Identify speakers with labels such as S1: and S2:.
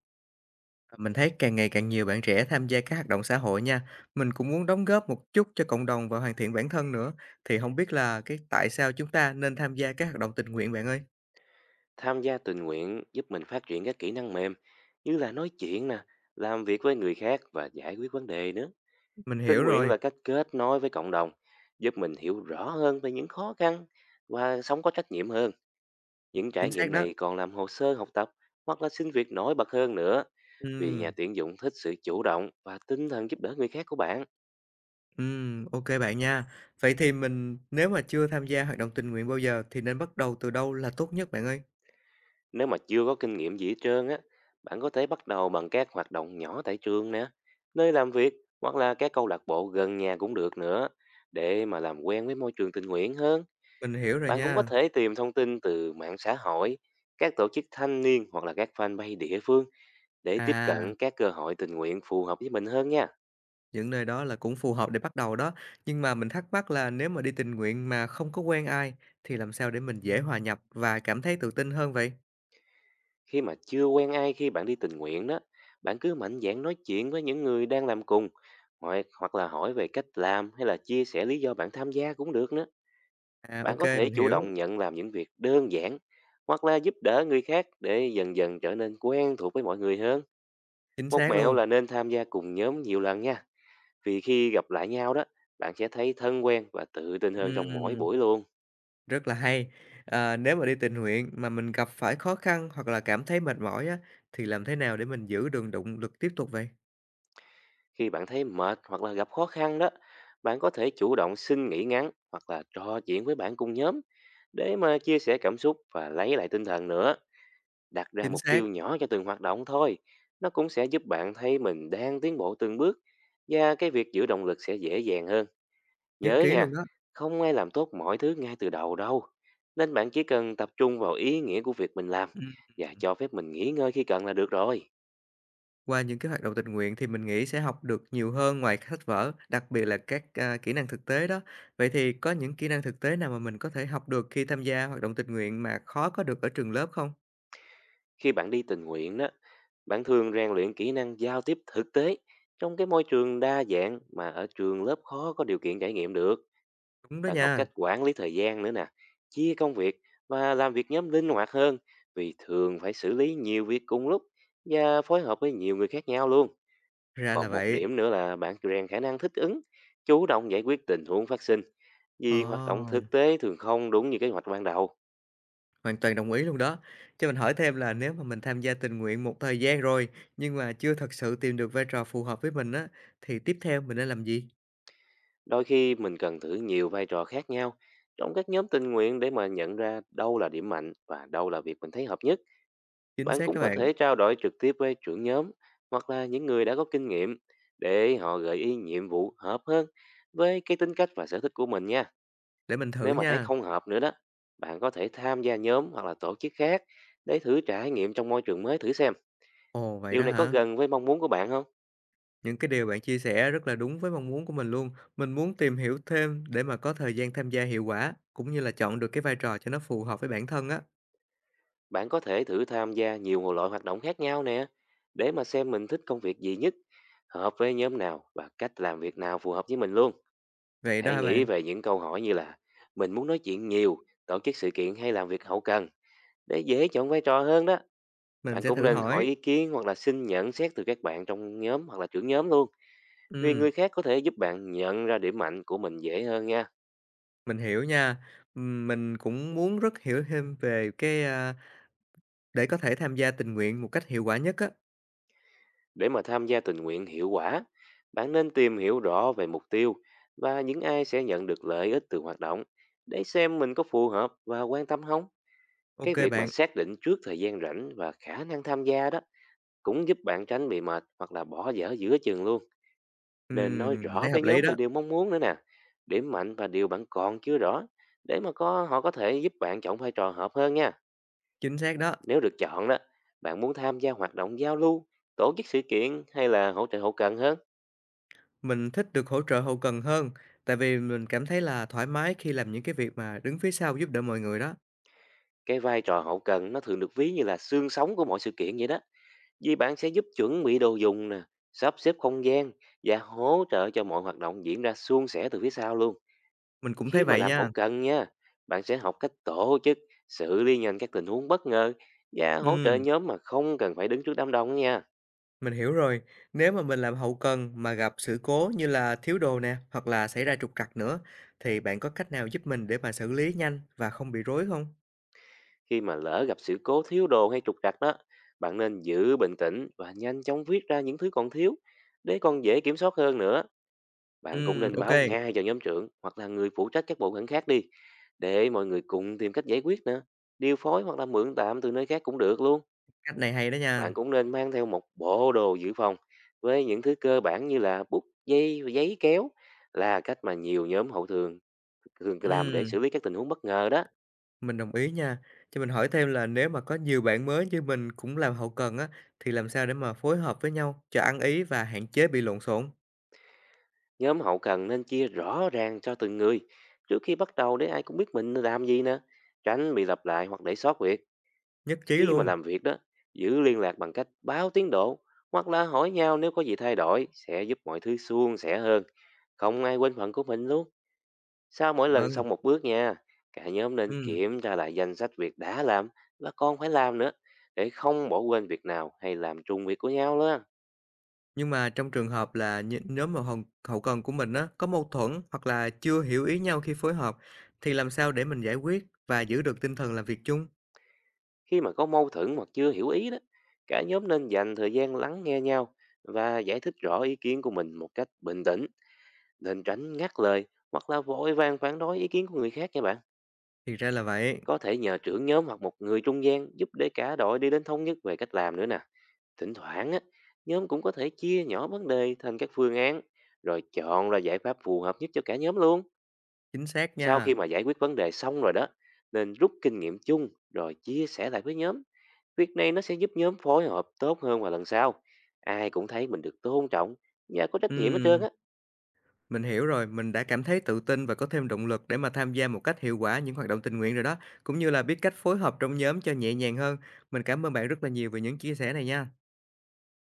S1: À, mình thấy càng ngày càng nhiều bạn trẻ tham gia các hoạt động xã hội nha. Mình cũng muốn đóng góp một chút cho cộng đồng và hoàn thiện bản thân nữa. Thì không biết là cái tại sao chúng ta nên tham gia các hoạt động tình nguyện bạn ơi?
S2: Tham gia tình nguyện giúp mình phát triển các kỹ năng mềm như là nói chuyện nè, làm việc với người khác và giải quyết vấn đề nữa.
S1: Mình hiểu
S2: Tình nguyện
S1: rồi,
S2: là cách kết nối với cộng đồng, giúp mình hiểu rõ hơn về những khó khăn và sống có trách nhiệm hơn. Những trải
S1: chính xác
S2: nghiệm
S1: đó.
S2: này còn làm hồ sơ học tập hoặc là xin việc nổi bật hơn nữa, vì nhà
S1: Ừm,
S2: tuyển dụng thích sự chủ động và tinh thần giúp đỡ người khác của bạn.
S1: ok bạn nha. Vậy thì mình nếu mà chưa tham gia hoạt động tình nguyện bao giờ thì nên bắt đầu từ đâu là tốt nhất bạn ơi?
S2: Nếu mà chưa có kinh nghiệm gì hết trơn á, bạn có thể bắt đầu bằng các hoạt động nhỏ tại trường nè, nơi làm việc hoặc là các câu lạc bộ gần nhà cũng được nữa. Để mà làm quen với môi trường tình nguyện hơn,
S1: Mình hiểu rồi
S2: bạn cũng có
S1: nha.
S2: thể tìm thông tin từ mạng xã hội, các tổ chức thanh niên hoặc là các fanpage địa phương để tiếp
S1: À,
S2: cận các cơ hội tình nguyện phù hợp với mình hơn nha.
S1: những nơi đó là cũng phù hợp để bắt đầu đó. Nhưng mà mình thắc mắc là nếu mà đi tình nguyện mà không có quen ai thì làm sao để mình dễ hòa nhập và cảm thấy tự tin hơn vậy?
S2: Khi mà chưa quen ai khi bạn đi tình nguyện đó, bạn cứ mạnh dạn nói chuyện với những người đang làm cùng, hoặc hoặc là hỏi về cách làm hay là chia sẻ lý do bạn tham gia cũng được nữa.
S1: À, ô
S2: Bạn có
S1: kê,
S2: thể
S1: mình
S2: chủ
S1: hiểu,
S2: động nhận làm những việc đơn giản hoặc là giúp đỡ người khác để dần dần trở nên quen thuộc với mọi người hơn.
S1: chính
S2: Một
S1: xác
S2: mẹo
S1: luôn.
S2: là nên tham gia cùng nhóm nhiều lần nha. Vì khi gặp lại nhau đó, bạn sẽ thấy thân quen và tự tin hơn trong mỗi
S1: Ừm,
S2: buổi luôn.
S1: rất là hay. Ờ, nếu mà đi tình nguyện mà mình gặp phải khó khăn hoặc là cảm thấy mệt mỏi á, thì làm thế nào để mình giữ được động lực tiếp tục vậy?
S2: Khi bạn thấy mệt hoặc là gặp khó khăn đó, bạn có thể chủ động xin nghỉ ngắn hoặc là trò chuyện với bạn cùng nhóm để mà chia sẻ cảm xúc và lấy lại tinh thần nữa. Đặt ra
S1: Chính
S2: mục
S1: xác,
S2: tiêu nhỏ cho từng hoạt động thôi, nó cũng sẽ giúp bạn thấy mình đang tiến bộ từng bước và cái việc giữ động lực sẽ dễ dàng hơn,
S1: nhất
S2: nhớ
S1: trí
S2: nha.
S1: luôn đó.
S2: Không ai làm tốt mọi thứ ngay từ đầu đâu, nên bạn chỉ cần tập trung vào ý nghĩa của việc mình làm
S1: Ừm,
S2: và cho phép mình nghỉ ngơi khi cần là được rồi.
S1: qua những cái hoạt động tình nguyện thì mình nghĩ sẽ học được nhiều hơn ngoài sách vở, đặc biệt là kỹ năng thực tế đó. Vậy thì có những kỹ năng thực tế nào mà mình có thể học được khi tham gia hoạt động tình nguyện mà khó có được ở trường lớp không?
S2: Khi bạn đi tình nguyện đó, bạn thường rèn luyện kỹ năng giao tiếp thực tế trong cái môi trường đa dạng mà ở trường lớp khó có điều kiện trải nghiệm được.
S1: Đúng đó
S2: Bạn học
S1: nha,
S2: cách quản lý thời gian nữa nè, chia công việc và làm việc nhóm linh hoạt hơn, vì thường phải xử lý nhiều việc cùng lúc và phối hợp với nhiều người khác nhau luôn.
S1: ra là
S2: Còn một
S1: vậy.
S2: điểm nữa là bạn rèn khả năng thích ứng, chủ động giải quyết tình huống phát sinh, vì hoạt động thực
S1: Ờ.
S2: tế thường không đúng như kế hoạch ban đầu.
S1: Hoàn toàn đồng ý luôn đó. Cho mình hỏi thêm là nếu mà mình tham gia tình nguyện một thời gian rồi, nhưng mà chưa thật sự tìm được vai trò phù hợp với mình á, thì tiếp theo mình nên làm gì?
S2: Đôi khi mình cần thử nhiều vai trò khác nhau trong các nhóm tình nguyện để mà nhận ra đâu là điểm mạnh và đâu là việc mình thấy hợp nhất.
S1: Chính
S2: Bạn
S1: xác
S2: cũng
S1: các
S2: có
S1: bạn,
S2: thể trao đổi trực tiếp với trưởng nhóm hoặc là những người đã có kinh nghiệm để họ gợi ý nhiệm vụ hợp hơn với cái tính cách và sở thích của mình nha.
S1: để mình thử
S2: Nếu mà thấy
S1: nha.
S2: không hợp nữa đó, bạn có thể tham gia nhóm hoặc là tổ chức khác để thử trải nghiệm trong môi trường mới thử xem.
S1: Ồ, vậy
S2: Điều
S1: đó
S2: này có
S1: hả?
S2: gần với mong muốn của bạn không?
S1: Những cái điều bạn chia sẻ rất là đúng với mong muốn của mình luôn. Mình muốn tìm hiểu thêm để mà có thời gian tham gia hiệu quả, cũng như là chọn được cái vai trò cho nó phù hợp với bản thân á.
S2: Bạn có thể thử tham gia nhiều loại hoạt động khác nhau nè để mà xem mình thích công việc gì nhất, hợp với nhóm nào và cách làm việc nào phù hợp với mình luôn.
S1: Vậy đó
S2: Hãy
S1: hả
S2: nghĩ
S1: bạn?
S2: về những câu hỏi như là mình muốn nói chuyện nhiều, tổ chức sự kiện hay làm việc hậu cần để dễ chọn vai trò hơn đó.
S1: Mình
S2: Bạn
S1: sẽ
S2: cũng
S1: thử
S2: nên hỏi
S1: hỏi.
S2: ý kiến hoặc là xin nhận xét từ các bạn trong nhóm hoặc là trưởng nhóm luôn. Vì
S1: Ừ,
S2: người khác có thể giúp bạn nhận ra điểm mạnh của mình dễ hơn nha.
S1: mình hiểu nha. Mình cũng muốn rất hiểu thêm về để có thể tham gia tình nguyện một cách hiệu quả nhất á.
S2: Để mà tham gia tình nguyện hiệu quả, bạn nên tìm hiểu rõ về mục tiêu và những ai sẽ nhận được lợi ích từ hoạt động để xem mình có phù hợp và quan tâm không. Cái
S1: OK
S2: việc mà
S1: bạn,
S2: xác định trước thời gian rảnh và khả năng tham gia đó cũng giúp bạn tránh bị mệt hoặc là bỏ dở giữa chừng luôn. Nên nói
S1: mình
S2: rõ
S1: thấy
S2: với
S1: hợp lý
S2: nhóm về
S1: đó,
S2: điều mong muốn nữa nè. Điểm mạnh và điều bạn còn chưa rõ, để mà có họ có thể giúp bạn chọn vai trò hợp hơn nha.
S1: chính xác đó.
S2: Nếu được chọn đó, bạn muốn tham gia hoạt động giao lưu, tổ chức sự kiện hay là hỗ trợ hậu cần hơn?
S1: Mình thích được hỗ trợ hậu cần hơn, tại vì mình cảm thấy là thoải mái khi làm những cái việc mà đứng phía sau giúp đỡ mọi người đó,
S2: Cái vai trò hậu cần nó thường được ví như là xương sống của mọi sự kiện vậy đó. Vì bạn sẽ giúp chuẩn bị đồ dùng nè, sắp xếp không gian và hỗ trợ cho mọi hoạt động diễn ra suôn sẻ từ phía sau luôn.
S1: mình cũng thấy
S2: Khi mà
S1: vậy
S2: làm hậu
S1: nha.
S2: cần nha, bạn sẽ học cách tổ chức, xử lý nhanh các tình huống bất ngờ và hỗ
S1: Ừm,
S2: trợ nhóm mà không cần phải đứng trước đám đông nha.
S1: mình hiểu rồi, nếu mà mình làm hậu cần mà gặp sự cố như là thiếu đồ nè, hoặc là xảy ra trục trặc nữa, thì bạn có cách nào giúp mình để mà xử lý nhanh và không bị rối không?
S2: Khi mà lỡ gặp sự cố thiếu đồ hay trục trặc đó, bạn nên giữ bình tĩnh và nhanh chóng viết ra những thứ còn thiếu để còn dễ kiểm soát hơn nữa. Bạn cũng nên
S1: Ô
S2: báo ngay cho nhóm trưởng hoặc là người phụ trách các bộ phận khác đi để mọi người cùng tìm cách giải quyết nữa. Điều phối hoặc là mượn tạm từ nơi khác cũng được luôn.
S1: cách này hay đó nha.
S2: Bạn cũng nên mang theo một bộ đồ dự phòng với những thứ cơ bản như là bút, dây, và giấy kéo là cách mà nhiều nhóm hậu thường thường làm để
S1: Ừm.
S2: xử lý các tình huống bất ngờ đó.
S1: Mình đồng ý nha. Cho mình hỏi thêm là nếu mà có nhiều bạn mới như mình cũng làm hậu cần á, thì làm sao để mà phối hợp với nhau cho ăn ý và hạn chế bị lộn xộn?
S2: Nhóm hậu cần nên chia rõ ràng cho từng người trước khi bắt đầu để ai cũng biết mình làm gì nè. Tránh bị lặp lại hoặc để sót việc.
S1: Nhất trí
S2: Khi mà
S1: luôn.
S2: làm việc đó, giữ liên lạc bằng cách báo tiến độ hoặc là hỏi nhau nếu có gì thay đổi sẽ giúp mọi thứ suôn sẻ hơn. Không ai quên phận của mình luôn. Sau mỗi lần
S1: Vâng.
S2: xong một bước nha, cả nhóm nên
S1: Ừ.
S2: kiểm tra lại danh sách việc đã làm và còn phải làm nữa để không bỏ quên việc nào hay làm trùng việc của nhau đó.
S1: Nhưng mà trong trường hợp là nếu mà hậu cần của mình á, có mâu thuẫn hoặc là chưa hiểu ý nhau khi phối hợp, thì làm sao để mình giải quyết và giữ được tinh thần làm việc chung?
S2: Khi mà có mâu thuẫn hoặc chưa hiểu ý đó, cả nhóm nên dành thời gian lắng nghe nhau và giải thích rõ ý kiến của mình một cách bình tĩnh, nên tránh ngắt lời hoặc là vội vàng phản đối ý kiến của người khác nha bạn.
S1: Thì ra là vậy.
S2: Có thể nhờ trưởng nhóm hoặc một người trung gian giúp để cả đội đi đến thống nhất về cách làm nữa nè. Thỉnh thoảng á, nhóm cũng có thể chia nhỏ vấn đề thành các phương án rồi chọn ra giải pháp phù hợp nhất cho cả nhóm luôn.
S1: Chính xác
S2: Sau
S1: nha.
S2: khi mà giải quyết vấn đề xong rồi đó, nên rút kinh nghiệm chung rồi chia sẻ lại với nhóm. Việc này nó sẽ giúp nhóm phối hợp tốt hơn vào lần sau. Ai cũng thấy mình được tôn trọng và có trách nhiệm hết trơn
S1: Ừ.
S2: á.
S1: Mình hiểu rồi, mình đã cảm thấy tự tin và có thêm động lực để mà tham gia một cách hiệu quả những hoạt động tình nguyện rồi đó, cũng như là biết cách phối hợp trong nhóm cho nhẹ nhàng hơn. Mình cảm ơn bạn rất là nhiều về những chia sẻ này nha.